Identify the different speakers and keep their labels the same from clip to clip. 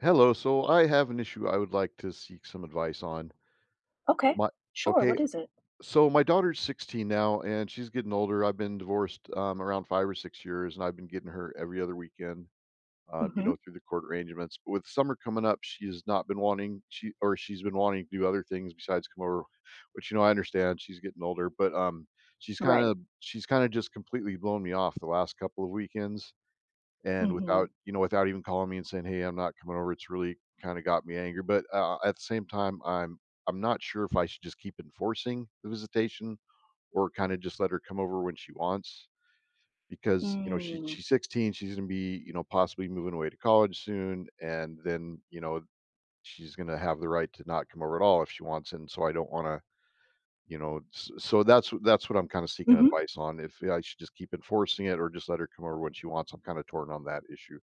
Speaker 1: Hello. So I have an issue I would like to seek some advice on.
Speaker 2: Okay.
Speaker 1: My
Speaker 2: Sure.
Speaker 1: Okay.
Speaker 2: What is it?
Speaker 1: So my daughter's 16 now, and she's getting older. I've been divorced around 5 or 6 years, and I've been getting her every other weekend.
Speaker 2: Mhm.
Speaker 1: Through the court arrangements. But with summer coming up, she has not been wanting, she's been wanting to do other things besides come over. Which, I understand. She's getting older, but she's kind
Speaker 2: Right.
Speaker 1: of she's kind of just completely blown me off the last couple of weekends, and without
Speaker 2: Mhm.
Speaker 1: you know without even calling me and saying, "Hey, I'm not coming over." It's really kind of got me angry. But at the same time, I'm not sure if I should just keep enforcing the visitation, or kind of just let her come over when she wants. Because she,
Speaker 2: Mm.
Speaker 1: she's 16, she's going to be, possibly moving away to college soon, and then, she's going to have the right to not come over at all if she wants. And so I don't want to, so that's what I'm kind of seeking
Speaker 2: Mhm.
Speaker 1: advice on, if I should just keep enforcing it or just let her come over when she wants. I'm kind of torn on that issue.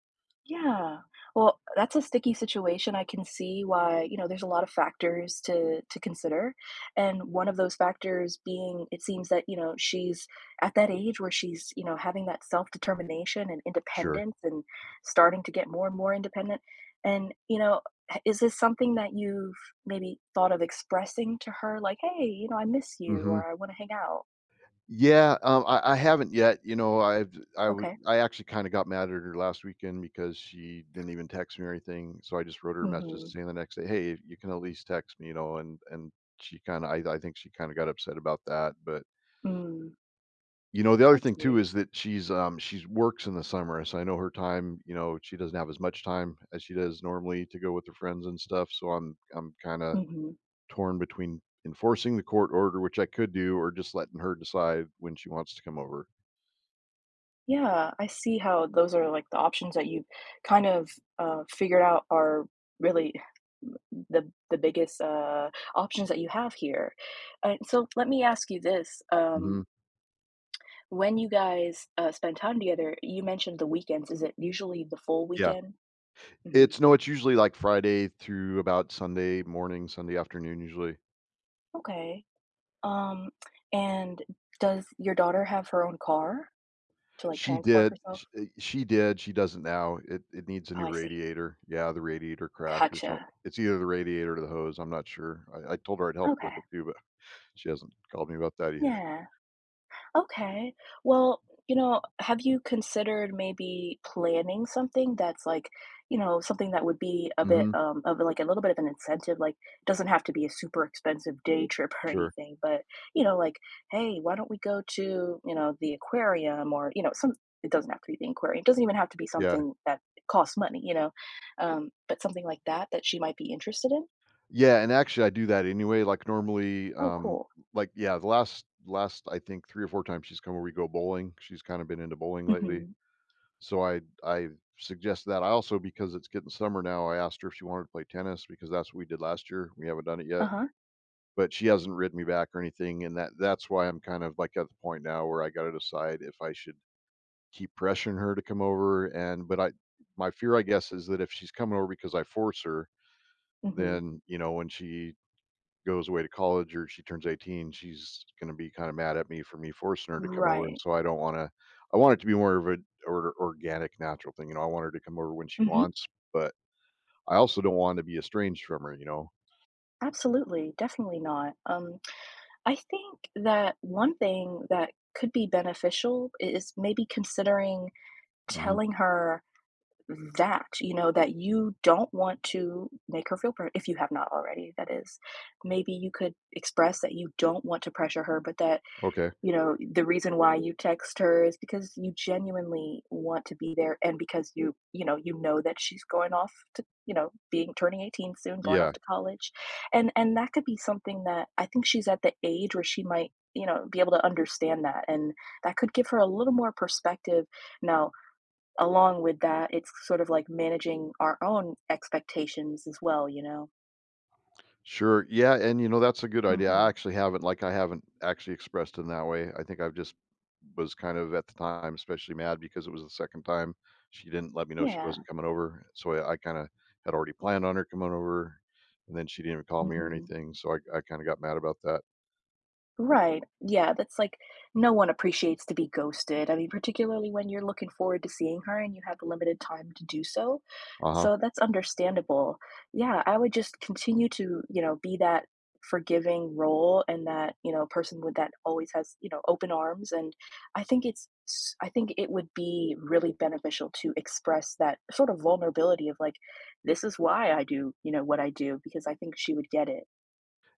Speaker 2: Yeah. Well, that's a sticky situation. I can see why, you know, there's a lot of factors to consider. And one of those factors being it seems that, you know, she's at that age where she's, you know, having that self-determination and
Speaker 1: Sure.
Speaker 2: independence and starting to get more and more independent. And, you know, is this something that you've maybe thought of expressing to her like, "Hey, you know, I miss you,"
Speaker 1: Mhm.
Speaker 2: or "I want to hang out?"
Speaker 1: Yeah, I haven't yet. You know, I've I would
Speaker 2: Okay.
Speaker 1: I actually kinda got mad at her last weekend because she didn't even text me or anything, so I just wrote her a message
Speaker 2: Mhm.
Speaker 1: saying the next day, "Hey, you can at least text me," and she kinda I think she kinda got upset about that. But,
Speaker 2: Mm.
Speaker 1: the other
Speaker 2: I
Speaker 1: thing too
Speaker 2: see.
Speaker 1: is that she's works in the summer. So I know her time, she doesn't have as much time as she does normally to go with her friends and stuff, so I'm kinda
Speaker 2: Mhm.
Speaker 1: torn between enforcing the court order, which I could do, or just letting her decide when she wants to come over.
Speaker 2: Yeah, I see how those are, like, the options that you've kind of, figured out are really the biggest, options that you have here. And so let me ask you this,
Speaker 1: Mhm.
Speaker 2: when you guys, spend time together, you mentioned the weekends. Is it usually the full
Speaker 1: Yeah.
Speaker 2: weekend? Mhm.
Speaker 1: It's, no, it's usually like Friday through about Sunday morning, Sunday afternoon usually.
Speaker 2: Okay. Um, and does your daughter have her own car to, like,
Speaker 1: She
Speaker 2: transport
Speaker 1: did
Speaker 2: herself?
Speaker 1: sh eh, she did, she doesn't now. It needs a
Speaker 2: Oh,
Speaker 1: new
Speaker 2: I see.
Speaker 1: radiator. Yeah, the radiator cracked or
Speaker 2: Gotcha.
Speaker 1: something. It's either the radiator or the hose, I'm not sure. I told her I'd help her
Speaker 2: Okay.
Speaker 1: with it too, but she hasn't called me about that either.
Speaker 2: Yeah. Okay. Well, you know, have you considered maybe planning something that's like, you know, something that would be a bit
Speaker 1: Mhm.
Speaker 2: of like a little bit of an incentive? Like, it doesn't have to be a super expensive day trip or
Speaker 1: Sure.
Speaker 2: anything, but, you know, like, hey, why don't we go to, you know, the aquarium or, you know, some, it doesn't have to be the aquarium. It doesn't even have to be
Speaker 1: Yeah.
Speaker 2: something that costs money, you know, but something like that that she might be interested in.
Speaker 1: Yeah, and actually I do that anyway, like, normally,
Speaker 2: Oh, cool.
Speaker 1: like, yeah, the last, I think, 3 or 4 times she's come, where we go bowling. She's kinda been into bowling lately,
Speaker 2: Mm-hmm.
Speaker 1: so I suggest that. I also, because it's getting summer now, I asked her if she wanted to play tennis, because that's what we did last year. We haven't done it yet,
Speaker 2: Uh-huh.
Speaker 1: but she hasn't written me back or anything, and that's why I'm kind of, like, at the point now where I gotta decide if I should keep pressuring her to come over. And but I my fear, I guess, is that if she's coming over because I force her,
Speaker 2: Mm-hmm.
Speaker 1: then, when she goes away to college or she turns 18, she's gonna be kinda mad at me for me forcing her to come over, and
Speaker 2: Right.
Speaker 1: so I don't wanna. I want it to be more of an or organic, natural thing. You know, I want her to come over when she
Speaker 2: Mm-hmm.
Speaker 1: wants, but I also don't want to be estranged from her, you know?
Speaker 2: Absolutely, definitely not. I think that one thing that could be beneficial is maybe considering
Speaker 1: Mhm.
Speaker 2: telling her that, you know, that you don't want to make her feel if you have not already, that is. Maybe you could express that you don't want to pressure her, but that
Speaker 1: Okay.
Speaker 2: you know, the reason why you text her is because you genuinely want to be there and because you, you know that she's going off to, you know, being turning 18 soon, going
Speaker 1: Yeah.
Speaker 2: off to college. And that could be something that I think she's at the age where she might, you know, be able to understand that and that could give her a little more perspective. Now, along with that, it's sort of like managing our own expectations as well, you know.
Speaker 1: Sure. Yeah, and, that's a good idea.
Speaker 2: Mhm.
Speaker 1: I haven't actually expressed in that way. I think I've just was kind of at the time especially mad, because it was the second time she didn't let me know she
Speaker 2: Yeah.
Speaker 1: wasn't coming over. So I kind of had already planned on her coming over, and then she didn't even call me or
Speaker 2: Mhm.
Speaker 1: anything. So I kind of got mad about that.
Speaker 2: Right. Yeah, that's like no one appreciates to be ghosted. I mean, particularly when you're looking forward to seeing her and you have limited time to do so.
Speaker 1: Uh-huh.
Speaker 2: So that's understandable. Yeah, I would just continue to, you know, be that forgiving role and that, you know, person with that always has, you know, open arms. And I think I think it would be really beneficial to express that sort of vulnerability of like, this is why I do, you know, what I do, because I think she would get it.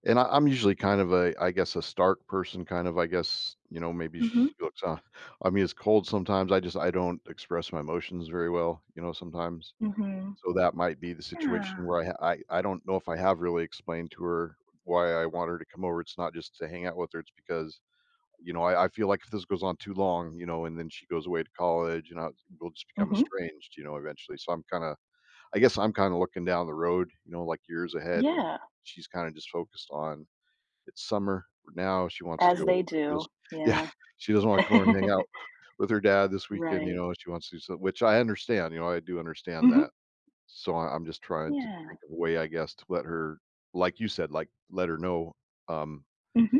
Speaker 1: And I'm usually kind of a, I guess, a stark person, kind of, I guess. You know, maybe
Speaker 2: Mm-hmm.
Speaker 1: she looks, on, I mean, it's cold sometimes. I don't express my emotions very well, sometimes.
Speaker 2: Mm-hmm.
Speaker 1: So that might be the situation
Speaker 2: Yeah.
Speaker 1: where I don't know if I have really explained to her why I want her to come over. It's not just to hang out with her. It's because, I feel like if this goes on too long, and then she goes away to college, we'll just become
Speaker 2: Hmm.
Speaker 1: estranged, eventually. So I'm kinda, I guess I'm kinda looking down the road, like, years ahead. And
Speaker 2: Yeah,
Speaker 1: she's kinda just focused on, it's summer now, she wants to
Speaker 2: as
Speaker 1: go,
Speaker 2: they
Speaker 1: she
Speaker 2: do,
Speaker 1: doesn't, yeah,
Speaker 2: yeah.
Speaker 1: she doesn't wanna come over and hang out with her dad this weekend. You
Speaker 2: Right.
Speaker 1: know, she wants to do, so, which I understand. I do understand
Speaker 2: Mhm,
Speaker 1: that. So I'm just trying to
Speaker 2: yeah,
Speaker 1: think of a way, I guess, to let her, like you said, like, let her know, um,
Speaker 2: mhm,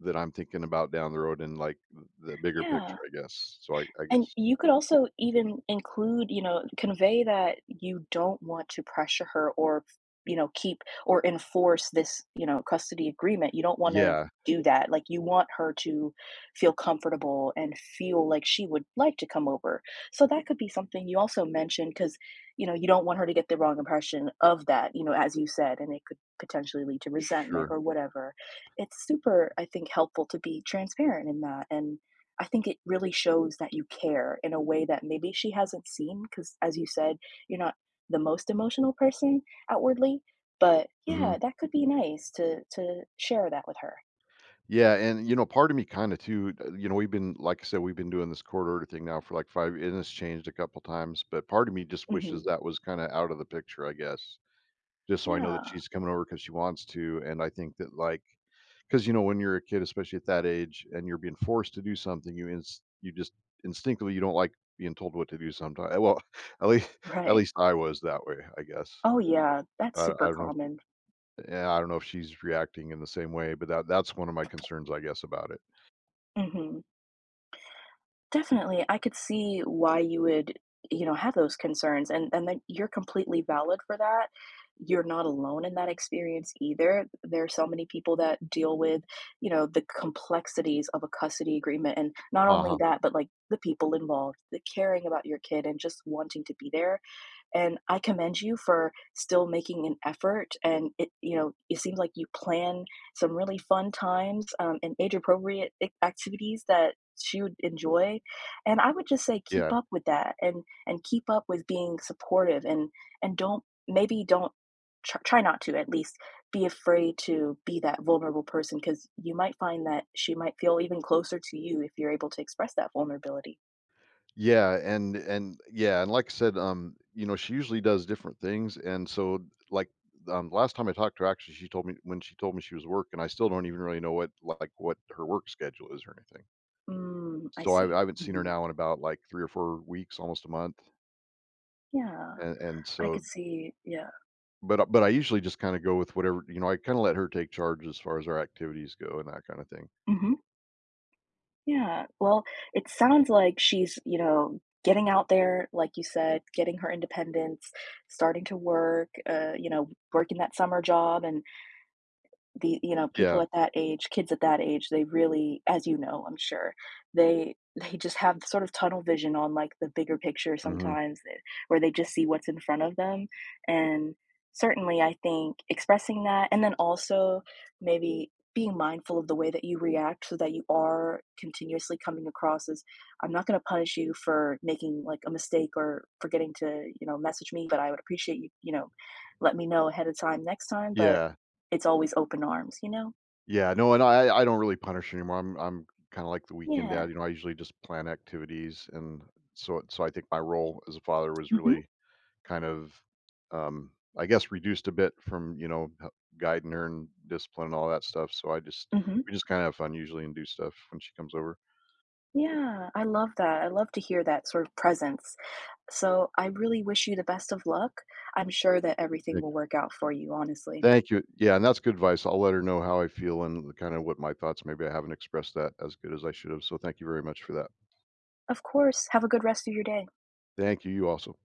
Speaker 1: that I'm thinking about down the road and, like, the bigger picture,
Speaker 2: yeah,
Speaker 1: I guess. So I
Speaker 2: and
Speaker 1: guess.
Speaker 2: you could also even include, you know, convey that you don't want to pressure her or, you know, keep or enforce this, you know, custody agreement. You don't want to
Speaker 1: Yeah,
Speaker 2: do that. Like, you want her to feel comfortable and feel like she would like to come over. So that could be something you also mentioned because, you know, you don't want her to get the wrong impression of that, you know, as you said, and it could potentially lead to resentment
Speaker 1: sure.
Speaker 2: or whatever. It's super, I think, helpful to be transparent in that and I think it really shows that you care in a way that maybe she hasn't seen because, as you said, you're not the most emotional person outwardly. But
Speaker 1: Mhm.
Speaker 2: yeah, that could be nice to share that with her.
Speaker 1: Yeah, and, part of me kinda too, we've been, like I said, we've been doing this court order thing now for, like, 5, and it's changed a couple times. But part of me just wishes
Speaker 2: Hmm.
Speaker 1: that was kinda out of the picture, I guess, just so I know that
Speaker 2: Yeah,
Speaker 1: she's coming over because she wants to. And I think that, like, Because, when you're a kid, especially at that age, and you're being forced to do something, you just instinctively, you don't like being told what to do sometimes. Well, at least at
Speaker 2: right.
Speaker 1: least I was that way, I guess.
Speaker 2: Oh yeah, that's
Speaker 1: I
Speaker 2: super
Speaker 1: don't know,
Speaker 2: common.
Speaker 1: yeah, I don't know if she's reacting in the same way. But that's one of my concerns, I guess, about it.
Speaker 2: Hmm. Definitely, I could see why you would, you know, have those concerns, and then you're completely valid for that. You're not alone in that experience either. There are so many people that deal with, you know, the complexities of a custody agreement, and not only
Speaker 1: Uh-huh,
Speaker 2: that, but like the people involved, the caring about your kid, and just wanting to be there. And I commend you for still making an effort. And it, you know, it seems like you plan some really fun times and age appropriate activities that she would enjoy. And I would just say keep
Speaker 1: yeah.
Speaker 2: up with that and keep up with being supportive and don't maybe don't tr- try not to at least be afraid to be that vulnerable person because you might find that she might feel even closer to you if you're able to express that vulnerability.
Speaker 1: Yeah, and yeah, and like I said, she usually does different things. And so, like, last time I talked to her, actually, she told me when she told me she was working, I still don't even really know, like, what her work schedule is or anything.
Speaker 2: Mm, I
Speaker 1: So
Speaker 2: see.
Speaker 1: I haven't seen her
Speaker 2: Hmm.
Speaker 1: now in about, like, 3 or 4 weeks, almost a month.
Speaker 2: Yeah.
Speaker 1: And
Speaker 2: I
Speaker 1: so,
Speaker 2: could see yeah.
Speaker 1: but I usually just kinda go with whatever. I kinda let her take charge as far as our activities go, and that kinda thing.
Speaker 2: Mhm. Yeah. Well, it sounds like she's, you know, getting out there, like you said, getting her independence, starting to work, you know, working that summer job and the you know, people
Speaker 1: Yeah.
Speaker 2: at that age, kids at that age, they really as you know, I'm sure, they they just have sort of tunnel vision on, like, the bigger picture
Speaker 1: Mhm.
Speaker 2: sometimes, eh, where they just see what's in front of them, and certainly I think expressing that and then also maybe being mindful of the way that you react so that you are continuously coming across as, "I'm not gonna punish you for making, like, a mistake or forgetting to, you know, message me, but I would appreciate you, you know, let me know ahead of time next time," but
Speaker 1: Yeah.
Speaker 2: it's always open arms, you know?
Speaker 1: Yeah, no, and I don't really punish anymore. I'm kinda like the weekend
Speaker 2: Yeah.
Speaker 1: dad. I usually just plan activities, and so I think my role as a father was
Speaker 2: Mhm,
Speaker 1: really kind of, um, I guess, reduced a bit from, you know, h guiding her and discipline and all that stuff. So I just
Speaker 2: mhm.
Speaker 1: we just kinda have fun usually and do stuff when she comes over.
Speaker 2: Yeah, I love that, I love to hear that sort of presence. So, I really wish you the best of luck. I'm sure that everything
Speaker 1: Thank
Speaker 2: will
Speaker 1: you.
Speaker 2: work out for you, honestly.
Speaker 1: Thank you. Yeah, and that's good advice. I'll let her know how I feel and kinda what my thoughts. Maybe I haven't expressed that as good as I should have, so thank you very much for that.
Speaker 2: Of course, have a good rest of your day.
Speaker 1: Thank you, you also.